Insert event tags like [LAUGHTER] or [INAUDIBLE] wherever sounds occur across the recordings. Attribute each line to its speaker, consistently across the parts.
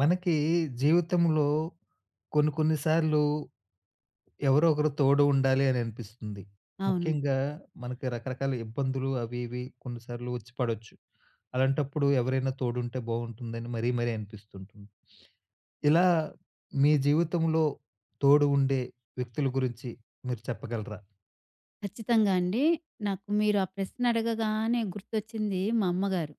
Speaker 1: మనకి జీవితంలో కొన్ని కొన్ని సార్లు ఎవరో ఒకరు తోడు ఉండాలి అని అనిపిస్తుంది.
Speaker 2: అవును.
Speaker 1: ముఖ్యంగా మనకి రకరకాల ఇబ్బందులు అవి ఇవి కొన్నిసార్లు వచ్చి పడొచ్చు. అలాంటప్పుడు ఎవరైనా తోడుంటే బావుంటుందని మరీ మరీ అనిపిస్తుంటుంది. ఇలా మీ జీవితంలో తోడు ఉండే వ్యక్తుల గురించి మీరు చెప్పగలరా?
Speaker 2: ఖచ్చితంగా అండి. నాకు మీరు ఆ ప్రశ్న అడగగానే గుర్తొచ్చింది మా అమ్మగారు.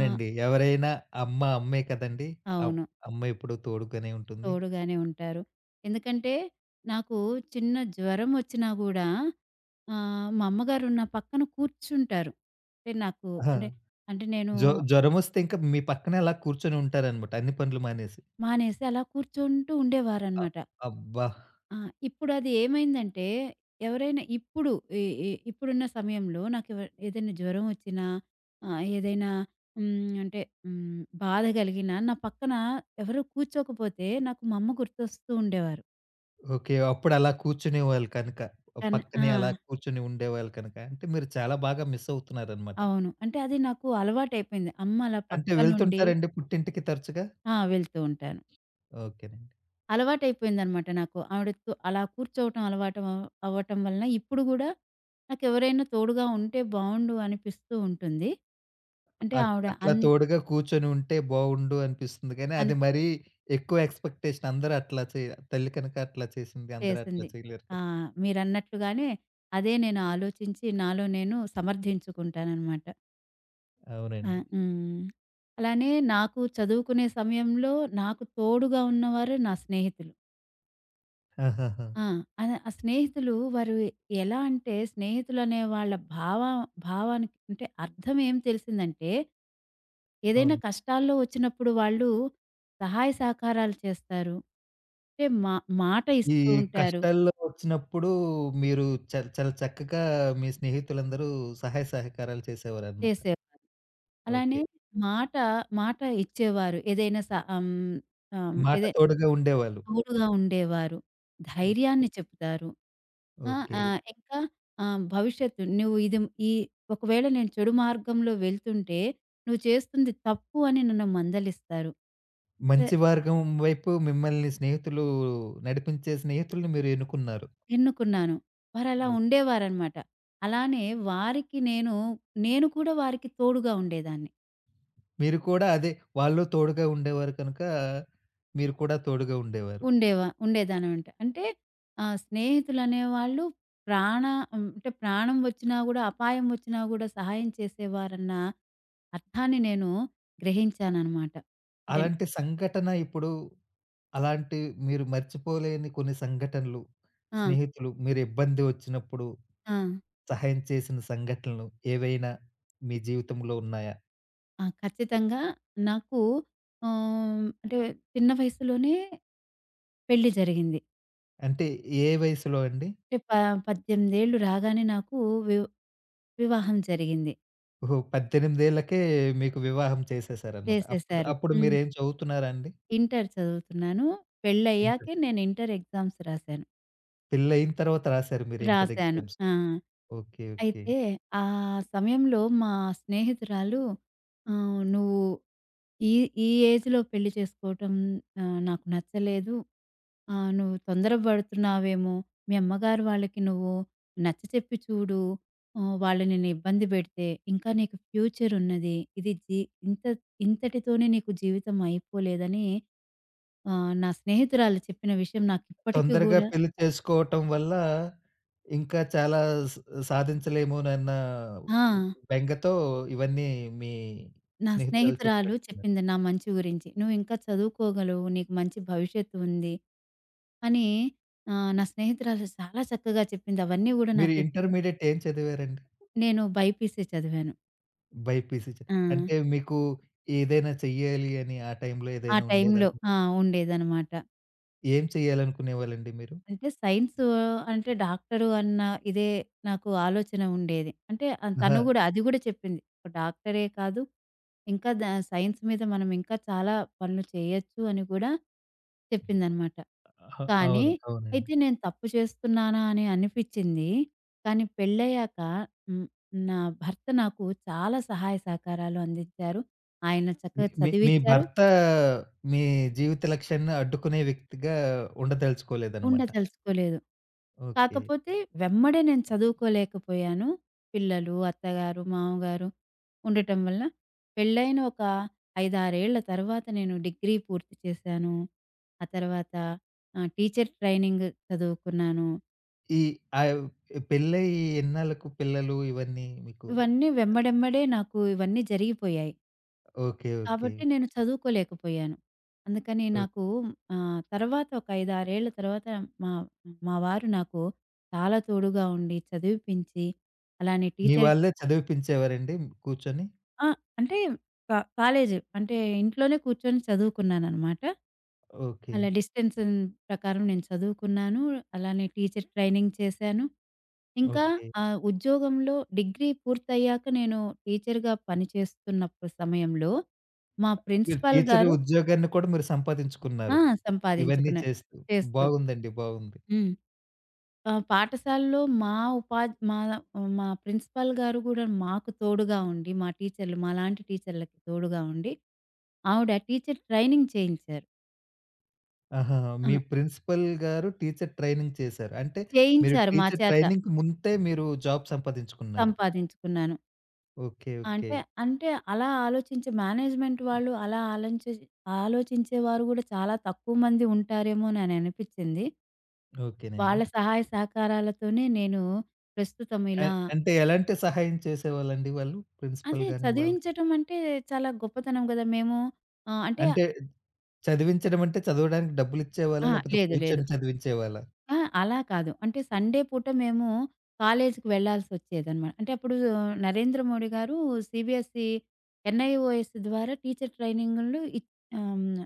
Speaker 2: ఆ!
Speaker 1: ఎవరైనా అమ్మ అమ్మే కదండీ! అమ్
Speaker 2: అవును.
Speaker 1: అమ్మ ఎప్పుడూ తోడుగానే ఉంటుంది.
Speaker 2: తోడుగానే ఉంటారు. ఎందుకంటే నాకు చిన్న జ్వరం వచ్చినా గూడా మా అమ్మగారు నా పక్కన కూర్చుంటారు. అంటే నాకు
Speaker 1: ఆ!
Speaker 2: అంటే, అంటే నేను
Speaker 1: జ్వరమొస్తే ఇంకా మీ పక్కనే అలా కూర్చొని ఉంటారనమాట. అన్ని పనులు మానేసి.
Speaker 2: మానేసి అలా కూర్చుంటూ
Speaker 1: అ
Speaker 2: ఉండేవారనమాట.
Speaker 1: అబ్బా!
Speaker 2: ఆ! ఇప్పుడది ఏమైందంటే, ఎవరైనా ఇప్పుడు ఈ ఈ ఇప్పుడున్న సమయంలో నాకెవ ఏదైనా జ్వరం వచ్చినా, ఆహ్, ఏదైనా హ్మ్, అంటే హ్మ్, బాధ కలిగినా నా పక్కన ఎవరు కూర్చోకపోతే నాకు మా అమ్మ గుర్తొస్తూ ఉండేవారు.
Speaker 1: ఓకే. అప్పుడు అలా కూర్చునేవాళ్ళు కనుక.
Speaker 2: కానీ ఆ!
Speaker 1: పక్కనే అలా కూర్చొని ఉండేవాళ్ళు కనుక. అంటే మీరు చాలా బాగా మిస్ అవుతున్నారనమాట.
Speaker 2: అవును. అంటే అది నాకు అలవాటైపోయింది. అమ్మ అలా
Speaker 1: అంటే
Speaker 2: పక్కనుండి
Speaker 1: వెళ్తుంటారండి పుట్టింటికి తరచుగా?
Speaker 2: ఆ! వెళ్తూ ఉంటాను.
Speaker 1: ఓకేనండి.
Speaker 2: అలవాటైపోయిందనమాట నాకు. ఆవిడతో అలా కూర్చోవటం అలవాటం అవ్వ అవ్వటం వలన ఇప్పుడు గూడా నాకెవరైనా తోడుగా ఉంటే బావుండు అనిపిస్తూ ఉంటుంది. అంటే ఆవిడ
Speaker 1: అట్లా
Speaker 2: అన్
Speaker 1: తోడుగా కూర్చొని ఉంటే బావుండు అనిపిస్తుంది గానీ,
Speaker 2: అని
Speaker 1: అది మరీ ఎక్కువ ఎక్స్‌పెక్టేషన్. అందరూ అట్లా చేయ తల్లి కనుక అట్లా చేసింది. అందరూ అట్లా
Speaker 2: చేసింది.
Speaker 1: చేయలేరు
Speaker 2: ఆ!
Speaker 1: కదా!
Speaker 2: మీరన్నట్లుగానే అదే నేను ఆలోచించి నాలో నేను సమర్థించుకుంటాననమాట. ఆ!
Speaker 1: అవునండి.
Speaker 2: అలానే నాకు చదువుకునే సమయంలో నాకు తోడుగా ఉన్నవారు నా స్నేహితులు.
Speaker 1: [LAUGHS] ఆహాహా!
Speaker 2: ఆ! అన ఆ స్నేహితులు వారు ఎలా అంటే స్నేహితులనే వాళ్ళ భావ భావానికి అంటే అర్థం ఏం తెలిసిందంటే ఏదైనా
Speaker 1: అవును.
Speaker 2: కష్టాల్లో వచ్చినప్పుడు వాళ్ళు సహాయ సహకారాలు చేస్తారు. అంటే మా మాట
Speaker 1: ఈ
Speaker 2: ఇస్తూ ఉంటారు.
Speaker 1: కష్టాల్లో వచ్చినప్పుడు మీరు చాలా చక్కగా మీ స్నేహితులందరూ సహాయ సహకారాలు చేసేవారనమాట.
Speaker 2: చేసేవారు. అలానే
Speaker 1: ఓకే.
Speaker 2: మాట మాట ఇచ్చేవారు. ఏదైనా స ఆహ్, హ్మ్,
Speaker 1: మాట
Speaker 2: ఏదే
Speaker 1: తోడుగా ఉండేవాళ్ళు.
Speaker 2: తోడుగా ఉండేవారు.
Speaker 1: ఓ
Speaker 2: ధైర్యాన్ని చెప్తారు. ఆ!
Speaker 1: ఓకే.
Speaker 2: ఇంకా ఆహ్, భవిష్యత్తు నువ్వు ఇది ఈ ఒకవేళ నేను చెడు మార్గంలో వెళ్తుంటే, నువ్వు చేస్తుంది తప్పు అని నన్ను మందలిస్తారు. స
Speaker 1: మంచి మార్గం వైపు మిమ్మల్ని స్నేహితులు నడిపించే స్నేహితుల్ని మీరు ఎన్నుకున్నారు.
Speaker 2: ఎన్నుకున్నాను. వారలా
Speaker 1: ఓకే.
Speaker 2: ఉండేవారనమాట. అలానే వారికి నేను, నేను కూడా వారికి తోడుగా ఉండేదాన్ని.
Speaker 1: మీరు కూడా అదే వాళ్ళు తోడుగా ఉండేవారు కనుక, మీరు కూడా తోడుగా ఉండేవారు.
Speaker 2: ఉండేదానమంట. అంటే స్నేహితులనేవాళ్ళు ప్రాణ హ్మ్, అంటే ప్రాణం వచ్చినా గూడా, అపాయం వచ్చినా గూడా సహాయం చేసేవారన్న అర్థాన్ని నేను గ్రహించాననమాట. అంటే
Speaker 1: అలాంటి సంఘటన ఇప్పుడు అలాంటి మీరు మర్చిపోలేని కొన్ని సంఘటనలు,
Speaker 2: ఆ!
Speaker 1: స్నేహితులు మీరు ఇబ్బంది వచ్చినప్పుడు
Speaker 2: ఆ!
Speaker 1: సహాయం చేసిన సంఘటనలు ఏవైనా మీ జీవితంలో ఉన్నాయా?
Speaker 2: ఆ! ఖచ్చితంగా నాకు ఆహ్, అంటే చిన్న వయసులోనే పెళ్లి జరిగింది.
Speaker 1: అంటే ఏ వయసులో అండి?
Speaker 2: అంటే ప 18 ఏళ్ళు రాగానే నాకు వి వివాహం జరిగింది.
Speaker 1: ఓహో! 18 ఏళ్లకే మీకు వివాహం చేసేసారన్నమాట. అప్పుడు
Speaker 2: చేసేశారు.
Speaker 1: అప్పుడు మీరేం చదువుతున్నారా అండి?
Speaker 2: ఇంటర్ చదువుతున్నాను.
Speaker 1: ఇంటర్.
Speaker 2: పెళ్లయ్యాకే నేను ఇంటర్ ఎగ్జామ్స్ రాశాను.
Speaker 1: పెళ్లయిన తర్వాత రాసారు మీరు ఇంటర్
Speaker 2: రాశాను.
Speaker 1: ఎగ్జామ్స్.
Speaker 2: ఆ!
Speaker 1: ఓకే. ఓకే.
Speaker 2: అయితే ఆ సమయంలో మా స్నేహితురాలు "నువ్వు ఈ ఈ ఏజ్‌లో పెళ్లి చేసుకోవటం నాకు నచ్చలేదు. నువ్వు తొందర పడుతున్నావేమో. మీ అమ్మగారు వాళ్ళకి నువ్వు నచ్చ చెప్పి చూడు. వాళ్ళు నిన్ను ఇబ్బంది పెడితే, ఇంకా నీకు ఫ్యూచర్ ఉన్నది. ఇది జీ ఇంత ఇంతటితోనే నీకు జీవితం అయిపోలేదని" నా స్నేహితురాలు చెప్పిన విషయం నాకు ఇప్పటికి
Speaker 1: తొందరగా
Speaker 2: గూడా
Speaker 1: పెళ్లి చేసుకోవటం వల్ల ఇంకా చాలా స సాధించలేమోనన్న
Speaker 2: ఆ!
Speaker 1: బెంగతో ఇవన్నీ మీ
Speaker 2: నా
Speaker 1: స్నేహితురాలు
Speaker 2: స్నేహితురాలు
Speaker 1: చెప్పినట్టున్నారు.
Speaker 2: చెప్పింది నా మంచి గురించి. "నువ్వింకా చదువుకోగలవు. నీకు మంచి భవిష్యత్తు ఉంది" అని నా స్నేహితురాలు చాలా చక్కగా చెప్పింది. అవన్నీ గూడా
Speaker 1: మీరు
Speaker 2: నాకిప్పుడు
Speaker 1: ఇంటర్మీడియేట్ ఏం చదివారండి?
Speaker 2: నేను బైపీసీ చదివాను.
Speaker 1: బైపీసీ.
Speaker 2: ఆ!
Speaker 1: అంటే మీకు ఏదైనా చెయ్యాలి అని ఆ టైంలో
Speaker 2: ఆ
Speaker 1: ఏదైనా ఉండేదా?
Speaker 2: టైంలో ఆ! ఉండేదనమాట.
Speaker 1: ఏం చేయాలనుకునేవాళ్ళండి మీరు?
Speaker 2: అంటే సైన్స్ అంటే డాక్టరు అన్న ఇదే నాకు ఆలోచన ఉండేది. అంటే ఆ
Speaker 1: ఆహా!
Speaker 2: తను గూడా అది గూడా చెప్పింది. ఒక డాక్టరే కాదు. ఇంకా సైన్స్ మీద మనం ఇంకా చాలా పనులు చేయొచ్చు అని గూడా చెప్పిందనమాట.
Speaker 1: అహా!
Speaker 2: కానీ,
Speaker 1: అవును. అవునండి.
Speaker 2: అయితే నేను తప్పు చేస్తున్నానా అని అనిపిచ్చింది. కానీ పెళ్ళయ్యాక హ్మ్. నా భర్త నాకు చాలా సహాయ సహకారాలు అందించారు. ఆయన
Speaker 1: మీ
Speaker 2: చక్కగా
Speaker 1: మీ మీ
Speaker 2: చదివిచ్చారు.
Speaker 1: భర్త మీ జీవిత లక్ష్యాన్ని అడ్డుకునే వ్యక్తిగా ఉండదలుచుకోలేదనమాట.
Speaker 2: ఉండదలుచుకోలేదు.
Speaker 1: ఓకే.
Speaker 2: కాకపోతే వెమ్మడే నేను చదువుకోలేకపోయాను. పిల్లలు, అత్తగారు, మామగారు ఉండటం వల్ల పెళ్ళైన ఒక 5, 6 ఏళ్ల తర్వాత నేను డిగ్రీ పూర్తి చేశాను. ఆ తర్వాత టీచర్ ట్రైనింగ్ చదువుకున్నాను.
Speaker 1: ఈ ఆహ్, పెళ్ళై ఎన్నాళ్ళకు పిల్లలు ఇవన్నీ మీకు?
Speaker 2: ఇవన్నీ వెంబడెంబడే నాకు ఇవన్నీ జరిగిపోయాయి.
Speaker 1: ఓకే. ఓకే.
Speaker 2: కాబట్టి నేను చదువుకోలేకపోయాను. అందుకని
Speaker 1: ఓకే.
Speaker 2: నాకు తర్వాత ఒక 5, 6 ఏళ్ల తర్వాత మా మా వారు నాకు చాలా తోడుగా ఉండి చదివిపించి, అలానే
Speaker 1: మీ
Speaker 2: టీచర్
Speaker 1: వాళ్ళే చదివిపించేవారండి కూర్చొని?
Speaker 2: ఆ! అంటే కాలేజ్ అంటే ఇంట్లోనే కూర్చొని చదువుకున్నాననమాట.
Speaker 1: ఓకే.
Speaker 2: అలా డిస్టెన్స్ ప్రకారం నేను చదువుకున్నాను. అలానే టీచర్ ట్రైనింగ్ చేశాను. ఇంకా
Speaker 1: ఓకే.
Speaker 2: ఉద్యోగంలో డిగ్రీ పూర్తయ్యాక నేను టీచర్‌గా పని చేస్తున్నప్పుడు సమయంలో మా
Speaker 1: మీరు
Speaker 2: ప్రిన్సిపల్
Speaker 1: టీచరు
Speaker 2: గారు
Speaker 1: ఉద్యోగాన్ని కూడా మీరు
Speaker 2: ఆ!
Speaker 1: సంపాదించుకున్నారు. ఇవన్నీ
Speaker 2: సంపాదించుకున్నా
Speaker 1: చేస్తూ.
Speaker 2: చేస్తూ.
Speaker 1: బాగుందండి. బాగుంది.
Speaker 2: హ్మ్. పాఠశాలలో మా ఉపా మా మా ప్రిన్సిపల్ గారు గూడా మాకు తోడుగా ఉండి, మా టీచర్లు మాలాంటి టీచర్లకి తోడుగా ఉండి, ఆవిడ టీచర్ ట్రైనింగ్ చేయించారు.
Speaker 1: ఆహా!
Speaker 2: ఆ!
Speaker 1: మీ ప్రిన్సిపల్ గారు టీచర్ ట్రైనింగ్ చేశారు. అంటే మీరు
Speaker 2: చేయించారు మా
Speaker 1: టీచర్
Speaker 2: చేత.
Speaker 1: ట్రైనింగ్‌కి ముందే మీరు జాబ్ సంపాదించుకున్నారు.
Speaker 2: సంపాదించుకున్నాను.
Speaker 1: ఓకే. ఓకే.
Speaker 2: అంటే, అంటే అలా ఆలోచించే మేనేజ్‌మెంట్ వాళ్ళు అలా ఆలంచి ఆలోచించేవారు గూడా చాలా తక్కువ మంది ఉంటారేమో నననిపిచ్చింది.
Speaker 1: ఓకేనండి.
Speaker 2: వాళ్ళ సహాయ సహకారాలతోనే నేను ప్రస్తుతం
Speaker 1: అ
Speaker 2: ఇలా
Speaker 1: అంటే ఎలాంటి సహాయం చేసేవాళ్ళండి వాళ్ళు? ప్రిన్సిపల్
Speaker 2: అదే
Speaker 1: గాని వాళ్ళు?
Speaker 2: చదివించటం అంటే చాలా గొప్పతనం గదా! మేము ఆహ్, అంటే
Speaker 1: అంటే చదివించడం అంటే చదవడానికి డబ్బులిచ్చేవాళ్ళా?
Speaker 2: అహా!
Speaker 1: లేకపోతే
Speaker 2: లేదు లేదు.
Speaker 1: కూర్చొని చదివించేవాళ్ళా?
Speaker 2: ఆ! అలా కాదు. అంటే సండే పూట మేము కాలేజీకి వెళ్ళాల్సొచ్చేదనమాట. అంటే అప్పుడు 'నరేంద్ర మోడీ' గారు సీబీఎస్‌ఈ, ఎన్ఐఓఎస్ ద్వారా టీచర్ ట్రైనింగులు ఇచ్ ఆహ్, హ్మ్.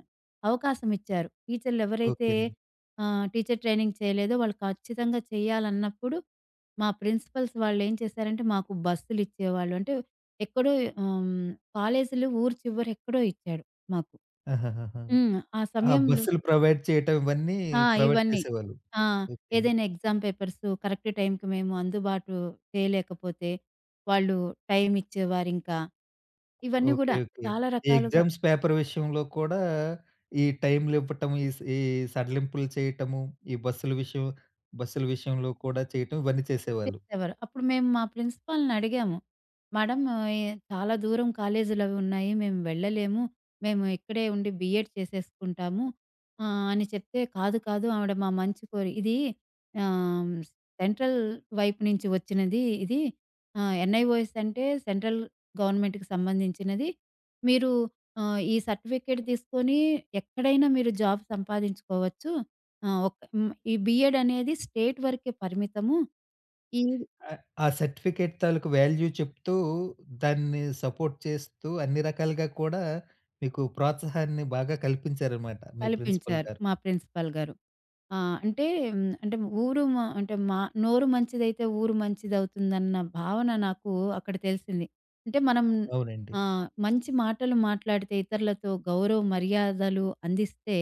Speaker 2: అవకాశం ఇచ్చారు. టీచర్లు ఎవరైతే
Speaker 1: ఓకేనండి.
Speaker 2: టీచర్ ట్రైనింగ్ చేయలేదో వాళ్ళు ఖచ్చితంగా చేయాలన్నప్పుడు, మా ప్రిన్సిపల్స్ వాళ్ళేం చేశారంటే మాకు బస్సులు ఇచ్చేవాళ్ళు. అంటే ఎక్కడో ఆహ్, హ్మ్. కాలేజీలు ఊరు చివర ఎక్కడో ఇచ్చాడు మాకు.
Speaker 1: ఆహాహాహా!
Speaker 2: ఆ
Speaker 1: ఆ
Speaker 2: సమయంలో
Speaker 1: బస్సులు ప్రొవైడ్ చేయటం ఇవన్నీ
Speaker 2: ఆ!
Speaker 1: ప్రొవైడ్
Speaker 2: ఇవన్నీ.
Speaker 1: చేసేవాళ్ళు.
Speaker 2: ఆ!
Speaker 1: ఓకే.
Speaker 2: ఏదైనా ఎగ్జామ్ పేపర్స్ కరెక్ట్ టైంకి మేము అందుబాటు చేయలేకపోతే, వాళ్ళు టైమిచ్చేవారింకా. ఇవన్నీ
Speaker 1: ఓకే.
Speaker 2: గూడా
Speaker 1: ఓకే.
Speaker 2: చాలా
Speaker 1: ఈ
Speaker 2: రకాలుగా
Speaker 1: ఎగ్జామ్స్ పేపర్ విషయంలో కూడా ఈ టైమ్‌లివ్వటం, ఈ సడలింపులు చేయటము, ఈ బస్సుల విషయం బస్సుల విషయంలో కూడా చేయటం ఇవన్నీ చేసేవాళ్ళు.
Speaker 2: చేసేవారు. అప్పుడు మేము మా ప్రిన్సిపాల్‌ని అడిగాము. మేడం చాలా దూరం కాలేజీలు అవి ఉన్నాయి. మేము వెళ్ళలేము. మేము ఇక్కడే ఉండి బీఎడ్ చేసేసుకుంటాము అని చెప్తే కాదు, కాదు ఆవిడ మా మంచి కోరి ఇది ఆహ్, సెంట్రల్ వైపు నుంచి వచ్చినది ఇది. ఎన్ఐఓఎస్ అంటే సెంట్రల్ గవర్నమెంట్‌కి సంబంధించినది. మీరు ఈ సర్టిఫికేట్ తీసుకొని ఎక్కడైనా మీరు జాబ్ సంపాదించుకోవచ్చు. ఆహ్, ఒక్ హ్మ్. ఈ బీఎడ్ అనేది స్టేట్ వరకే పరిమితము. ఈ
Speaker 1: ఆ సర్టిఫికేట్ తాలూకు వాల్యూ చెప్తూ, దాన్ని సపోర్ట్ చేస్తూ అన్ని రకాలుగా కూడా మీకు ప్రోత్సాహాన్ని బాగా కల్పించారనమాట మీ ప్రిన్సిపల్
Speaker 2: కల్పించారు
Speaker 1: గారు.
Speaker 2: మా ప్రిన్సిపాల్ గారు. ఆ! అంటే హ్మ్, అంటే ఊరు మ అంటే మా నోరు మంచిదైతే ఊరు మంచిదవుతుందన్న భావన నాకు అక్కడ తెలిసింది. అంటే మనం
Speaker 1: అవునండి.
Speaker 2: మంచి మాటలు మాట్లాడితే ఇతరులతో గౌరవ మర్యాదలు అందిస్తే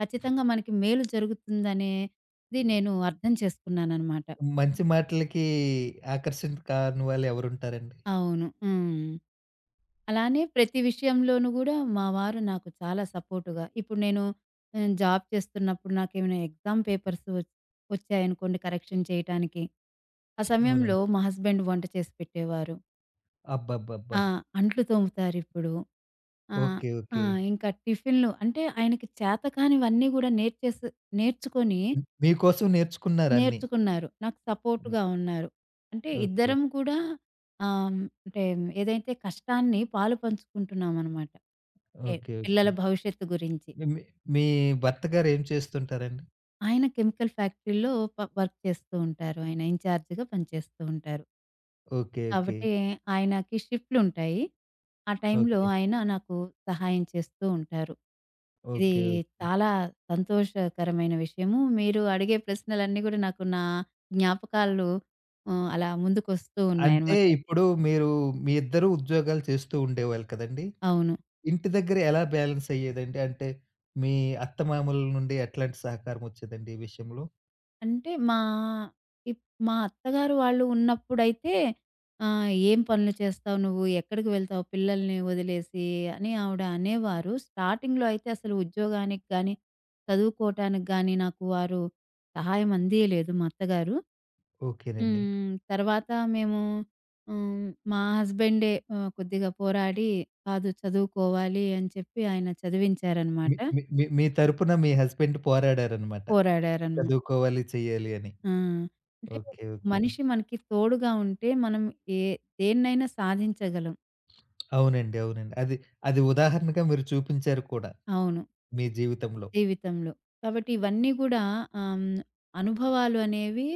Speaker 2: ఖచ్చితంగా మనకి మేలు జరుగుతుందనేది నేను అర్థం చేసుకున్నాననమాట.
Speaker 1: మంచి మాటలకి ఆకర్షణ కాని వాళ్ళు ఎవరుంటారండి?
Speaker 2: అవును. అలానే ప్రతి విషయంలోనూ గూడా మా వారు నాకు చాలా సపోర్ట్‌గా. ఇప్పుడు నేను జాబ్ చేస్తున్నప్పుడు నాకేమైనా ఎగ్జామ్ పేపర్స్ వచ్ వచ్చాయనుకోండి కరెక్షన్ చేయటానికి. ఆ సమయంలో
Speaker 1: అవునండి.
Speaker 2: మా హస్బెండ్ వంట చేసి పెట్టేవారు.
Speaker 1: అబ్బబ్బబ్బా!
Speaker 2: ఆ! అంట్లు తోముతారిప్పుడు. ఆ!
Speaker 1: ఓకే.
Speaker 2: ఆ!
Speaker 1: ఓకే.
Speaker 2: ఇంకా టిఫిన్‌లు అంటే ఆయనకి చేతకానివన్నీ గూడా నేర్చుకొని
Speaker 1: మీ కోసం నేర్చుకున్నారన్నీ.
Speaker 2: నేర్చుకున్నారు. నాకు సపోర్ట్‌గా ఉన్నారు. అంటే
Speaker 1: ఓకే.
Speaker 2: ఇద్దరం కూడా ఆహ్, అంటే ఏదైతే కష్టాన్ని పాలు పంచుకుంటున్నామనమాట. ఓకే.
Speaker 1: ఓకే.
Speaker 2: పిల్లల
Speaker 1: ఓకే.
Speaker 2: భవిష్యత్తు గురించి.
Speaker 1: మీ మీ మీ భర్త గారు ఏం చేస్తుంటారండి?
Speaker 2: ఆయన కెమికల్ ఫ్యాక్టరీలో వర్క్ చేస్తూ ఉంటారు. ఆయన ఇన్‌చార్జ్‌గా పనిచేస్తూ ఉంటారు.
Speaker 1: ఓకే. ఓకే.
Speaker 2: కాబట్టి ఆయనకి షిఫ్ట్‌లుంటాయి. ఆ టైంలో
Speaker 1: ఓకే.
Speaker 2: ఆయన నాకు సహాయం చేస్తూ ఉంటారు. ఇది
Speaker 1: ఓకే. ఓకే.
Speaker 2: చాలా సంతోషకరమైన విషయము. మీరు అడిగే ప్రశ్నలన్నీ గూడా నాకు నా జ్ఞాపకాలు అలా ముందుకొస్తూ
Speaker 1: అంటే
Speaker 2: ఉన్నాయన్నమాట.
Speaker 1: ఇప్పుడు మీరు మీ ఇద్దరు ఉద్యోగాలు చేస్తూ ఉండేవాళ్ళు కదండీ!
Speaker 2: అవును.
Speaker 1: ఇంటి దగ్గర ఎలా బ్యాలెన్స్ అయ్యేదండి? అంటే మీ అత్తమామల నుండి ఎట్లాంటి సహకారం వచ్చేదండి ఈ విషయంలో?
Speaker 2: అంటే ఇప్ మా అత్తగారు వాళ్ళు ఉన్నప్పుడైతే "ఏం పనులు చేస్తావు నువ్వు? ఎక్కడికి వెళ్తావు పిల్లల్ని వదిలేసి?" అని ఆవిడ అనేవారు. స్టార్టింగ్‌లో అయితే అసలు ఉద్యోగానికి గానీ, చదువుకోవటానికి గానీ నాకు వారు సహాయం అందియలేదు మా అత్తగారు.
Speaker 1: ఓకేనండి.
Speaker 2: తర్వాత మేము హ్మ్, మా హస్బెండే కొద్దిగా పోరాడి, "కాదు చదువుకోవాలి" అని చెప్పి ఆయన
Speaker 1: మీ
Speaker 2: చదివించారనమాట.
Speaker 1: మీ మీ మీ తరపున మీ హస్బెండ్ పోరాడారనమాట.
Speaker 2: పోరాడారనమాట.
Speaker 1: చదువుకోవాలి, చెయ్యాలి అని.
Speaker 2: ఆ! అంటే
Speaker 1: ఓకే. ఓకేనండి.
Speaker 2: మనిషి మనకి తోడుగా ఉంటే మనం ఏ దేన్నైనా సాధించగలం.
Speaker 1: అవునండి. అవునండి. అది అది ఉదాహరణగా మీరు చూపించారు కూడా
Speaker 2: అవును.
Speaker 1: మీ జీవితంలో.
Speaker 2: జీవితంలో. కాబట్టి ఇవన్నీ గూడా ఆహ్, హ్మ్, అనుభవాలు అనేవి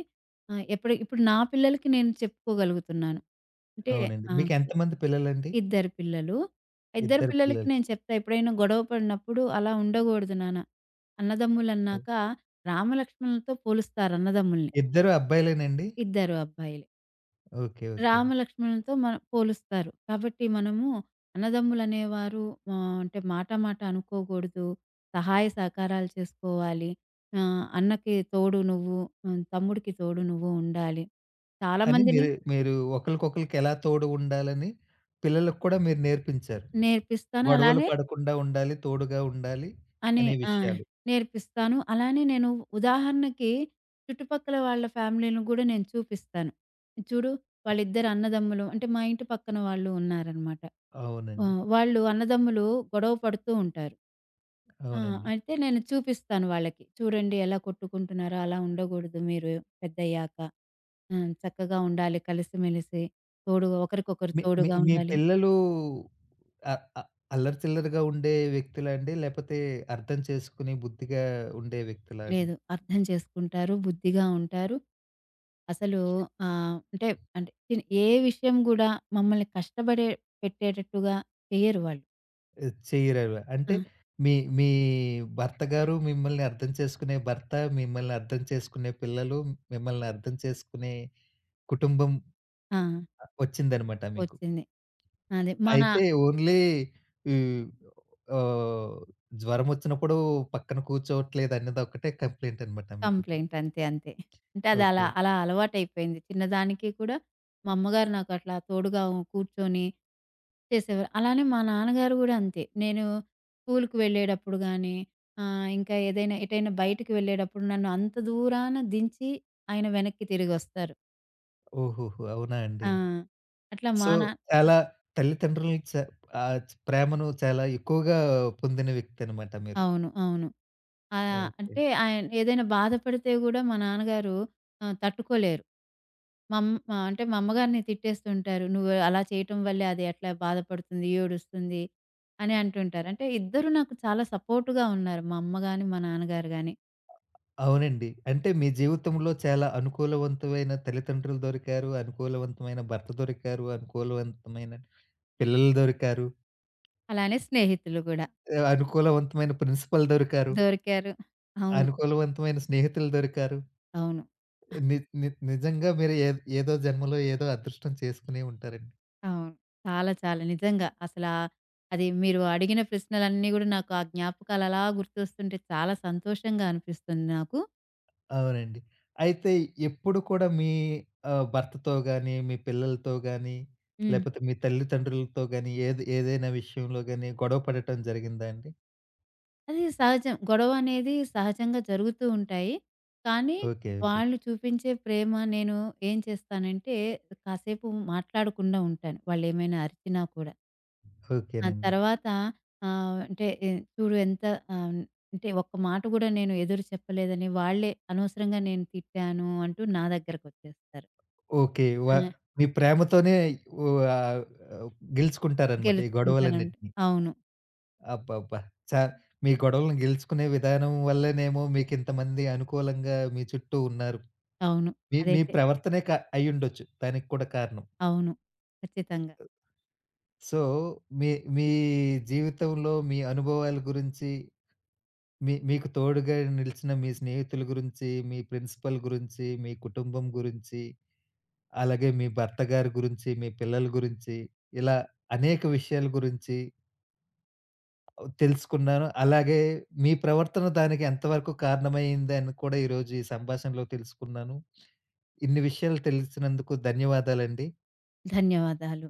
Speaker 2: ఎప్పుడు ఇప్పుడు నా పిల్లలకి నేను చెప్పుకోగలుగుతున్నాను. అంటే
Speaker 1: అవునండి.
Speaker 2: ఆ!
Speaker 1: మీకెంతమంది పిల్లలండి?
Speaker 2: ఇద్దరు పిల్లలు. ఇద్దరు
Speaker 1: ఇద్దరు
Speaker 2: పిల్లలకి
Speaker 1: పిల్లలు.
Speaker 2: నేను చెప్తా ఎప్పుడైనా గొడవ పడినప్పుడు "అలా ఉండకూడదు నాన్న." అన్నదమ్ములన్నాక రామలక్ష్మణులతో పోలుస్తారు అన్నదమ్ముల్ని.
Speaker 1: ఇద్దరు అబ్బాయిలేనండి?
Speaker 2: ఇద్దరు అబ్బాయిలే.
Speaker 1: ఓకే. ఓకే.
Speaker 2: రామలక్ష్మణులతో మనం పోలుస్తారు. కాబట్టి మనము అన్నదమ్ములనేవారు అంటే మాట మాట అనుకోకూడదు. సహాయ సహకారాలు చేసుకోవాలి. అన్నకి తోడు నువ్వు, తమ్ముడికి తోడు నువ్వు ఉండాలి.
Speaker 1: అని
Speaker 2: చాలామందిని
Speaker 1: మీరు మీరు ఒకళ్ళకొకళ్ళకెలా తోడు ఉండాలని పిల్లలకు కూడా మీరు నేర్పించారు.
Speaker 2: నేర్పిస్తాను.
Speaker 1: గొడవలు
Speaker 2: అలానే
Speaker 1: పడకుండా ఉండాలి, తోడుగా ఉండాలి
Speaker 2: అని
Speaker 1: అనే
Speaker 2: ఆ!
Speaker 1: విషయాలు.
Speaker 2: నేర్పిస్తాను. అలానే నేను ఉదాహరణకి చుట్టుపక్కల వాళ్ళ ఫ్యామిలీ‌లను గూడా నేను చూపిస్తాను. చూడు వాళ్ళిద్దరు అన్నదమ్ములు అంటే మా ఇంటి పక్కన వాళ్ళు ఉన్నారనమాట.
Speaker 1: అవునండి.
Speaker 2: వాళ్ళు అన్నదమ్ములు గొడవ పడుతూ ఉంటారు. ఆ!
Speaker 1: అవునండి.
Speaker 2: అయితే నేను చూపిస్తాను వాళ్ళకి. చూడండి ఎలా కొట్టుకుంటున్నారో అలా ఉండకూడదు మీరు పెద్దయ్యాక. చక్కగా ఉండాలి కలిసిమెలిసి. తోడుగా ఒకరికొకరు
Speaker 1: మీ మీ
Speaker 2: తోడుగా
Speaker 1: మీ
Speaker 2: ఉండాలి.
Speaker 1: పిల్లలు అ అ అల్లరి చిల్లరగా ఉండే వ్యక్తులా అండి? లేపోతే అర్థం చేసుకుని బుద్ధిగా ఉండే వ్యక్తులా అండి?
Speaker 2: లేదు అర్థం చేసుకుంటారు. బుద్ధిగా ఉంటారు. అసలు ఆహ్, అంటే అంటే తిన్ ఏ విషయం గూడా మమ్మల్ని కష్టపడే పెట్టేటట్టుగా చెయ్యరు వాళ్ళు.
Speaker 1: ఆహ్, చెయ్యరవి.
Speaker 2: ఆ!
Speaker 1: అంటే మీ మీ భర్త గారు మిమ్మల్ని అర్థం చేసుకునే భర్త, మిమ్మల్ని అర్థం చేసుకునే పిల్లలు, మిమ్మల్ని అర్థం చేసుకునే కుటుంబం
Speaker 2: ఆ!
Speaker 1: ఆహ్, వచ్చిందనమాట మీకు.
Speaker 2: వచ్చింది. అదే మన
Speaker 1: అయితే ఓన్లీ ఈ ఆహ్, జ్వరమొచ్చినప్పుడు పక్కన కూర్చోవట్లేదన్నదొక్కటే కంప్లెయింట్ అనమాట మీకిప్పుడు.
Speaker 2: కంప్లెయింట్ అంతే. అంతే. అంటే అది అలా
Speaker 1: ఓకే.
Speaker 2: అలా అలవాటైపోయింది. చిన్నదానికి కూడా మా అమ్మగారు నాకు అట్లా తోడుగా కూర్చొని చేసేవారు. అలానే మా నాన్నగారు గూడా అంతే. నేను స్కూలుకి వెళ్ళేటప్పుడు గానీ, ఇంకా ఏదైనా ఎటైనా బయటికి వెళ్ళేటప్పుడు నన్ను అంత దూరాన దించి ఆయన వెనక్కి తిరిగొస్తారు.
Speaker 1: ఓహోహో! అవునా
Speaker 2: ఆ!
Speaker 1: అండి.
Speaker 2: అట్లా మా
Speaker 1: సో,
Speaker 2: నా
Speaker 1: చాలా తల్లిదండ్రుల ఆహ్, ప్రేమను చాలా ఎక్కువగా పొందిన వ్యక్తనమాట మీరు.
Speaker 2: అవును. అవును. ఆహ్,
Speaker 1: ఓకే.
Speaker 2: అంటే ఆయన ఏదైనా బాధపడితే గూడా మా నాన్నగారు తట్టుకోలేరు. మా అమ్మగారిని తిట్టేస్తుంటారు. "నువ్వు అలా చేయటం వల్లే అది అట్లా బాధపడుతుంది, ఏడుస్తుంది" అని అంటుంటారు. అంటే ఇద్దరు నాకు చాలా సపోర్ట్‌గా ఉన్నారు. మా అమ్మ గాని, మా నాన్నగారు గాని.
Speaker 1: అవునండి. అంటే మీ జీవితంలో చాలా అనుకూలవంతమైన తల్లితండ్రులు దొరికారు, అనుకూలవంతమైన భర్త దొరికారు, అనుకూలవంతమైన పిల్లలు దొరికారు,
Speaker 2: అలానే స్నేహితులు గూడా.
Speaker 1: ఆహ్, అనుకూలవంతమైన ప్రిన్సిపల్ దొరికారు,
Speaker 2: దొరికారు. అవును.
Speaker 1: అనుకూలవంతమైన స్నేహితులు దొరికారు.
Speaker 2: అవును.
Speaker 1: ని ని నిజంగా మీరు ఏ ఏదో జన్మలో ఏదో అదృష్టం చేసుకునే ఉంటారండి.
Speaker 2: అవును. చాలా చాలా నిజంగా అసలా అది మీరు అడిగిన ప్రశ్నలన్నీ గూడా నాకు ఆ జ్ఞాపకాలు అలా గుర్తొస్తుంటే చాలా సంతోషంగా అనిపిస్తుంది నాకు.
Speaker 1: అవునండి. అయితే ఎప్పుడు కూడా మీ ఆహ్, భర్తతో గాని, మీ పిల్లలతో గాని,
Speaker 2: హ్మ్.
Speaker 1: లేపోతే మీ తల్లితండ్రులతో గాని ఏది ఏదైనా విషయంలో గాని గొడవ పడటం జరిగిందా అండి?
Speaker 2: అది సహజం. గొడవ అనేది సహజంగా జరుగుతూ ఉంటాయి. కానీ
Speaker 1: ఓకే. ఓకే.
Speaker 2: వాళ్ళు చూపించే ప్రేమ నేను ఏం చేస్తానంటే కాసేపు మాట్లాడకుండా ఉంటాను. వాళ్ళేమైనా అరిచినా కూడా. ఆ
Speaker 1: ఓకేనండి.
Speaker 2: తర్వాత ఆహ్, అంటే ఎ చూడు ఎంత ఆహ్, అంటే ఒక్క మాట గూడా నేను ఎదురు చెప్పలేదని వాళ్ళే అనవసరంగా నేను తిట్టాను అంటూ నా దగ్గరకొచ్చేస్తారు.
Speaker 1: ఓకే.
Speaker 2: ఆ!
Speaker 1: మీ ప్రేమతోనే వ ఆహ్, గెలుచుకుంటారనమాట ఈ
Speaker 2: గెలుచుకుంటానంటే
Speaker 1: గొడవలన్నిటిని.
Speaker 2: అవును.
Speaker 1: అబ్బబ్బా! చా మీ గొడవలను గెలుచుకునే విధానం వల్లనేమో మీకింతమంది అనుకూలంగా మీ చుట్టూ ఉన్నారు.
Speaker 2: అవును.
Speaker 1: మీ మీ
Speaker 2: అదైతే
Speaker 1: ప్రవర్తనే అయ్యుండొచ్చు దానికి కూడా కారణం.
Speaker 2: అవును. ఖచ్చితంగా.
Speaker 1: సో, మీ మీ జీవితంలో మీ అనుభవాల గురించి, మీ మీకు తోడుగా నిలిచిన మీ స్నేహితుల గురించి, మీ ప్రిన్సిపల్ గురించి, మీ కుటుంబం గురించి అలాగే మీ భర్త గారి గురించి, మీ పిల్లల గురించి, ఇలా అనేక విషయాల గురించి ఆహ్, తెలుసుకున్నాను. అలాగే మీ ప్రవర్తన దానికి ఎంతవరకు కారణమయిందని కూడా ఈరోజు ఈ సంభాషణలో తెలుసుకున్నాను. ఇన్ని విషయాలు తెలిసినందుకు ధన్యవాదాలండి.
Speaker 2: ధన్యవాదాలు.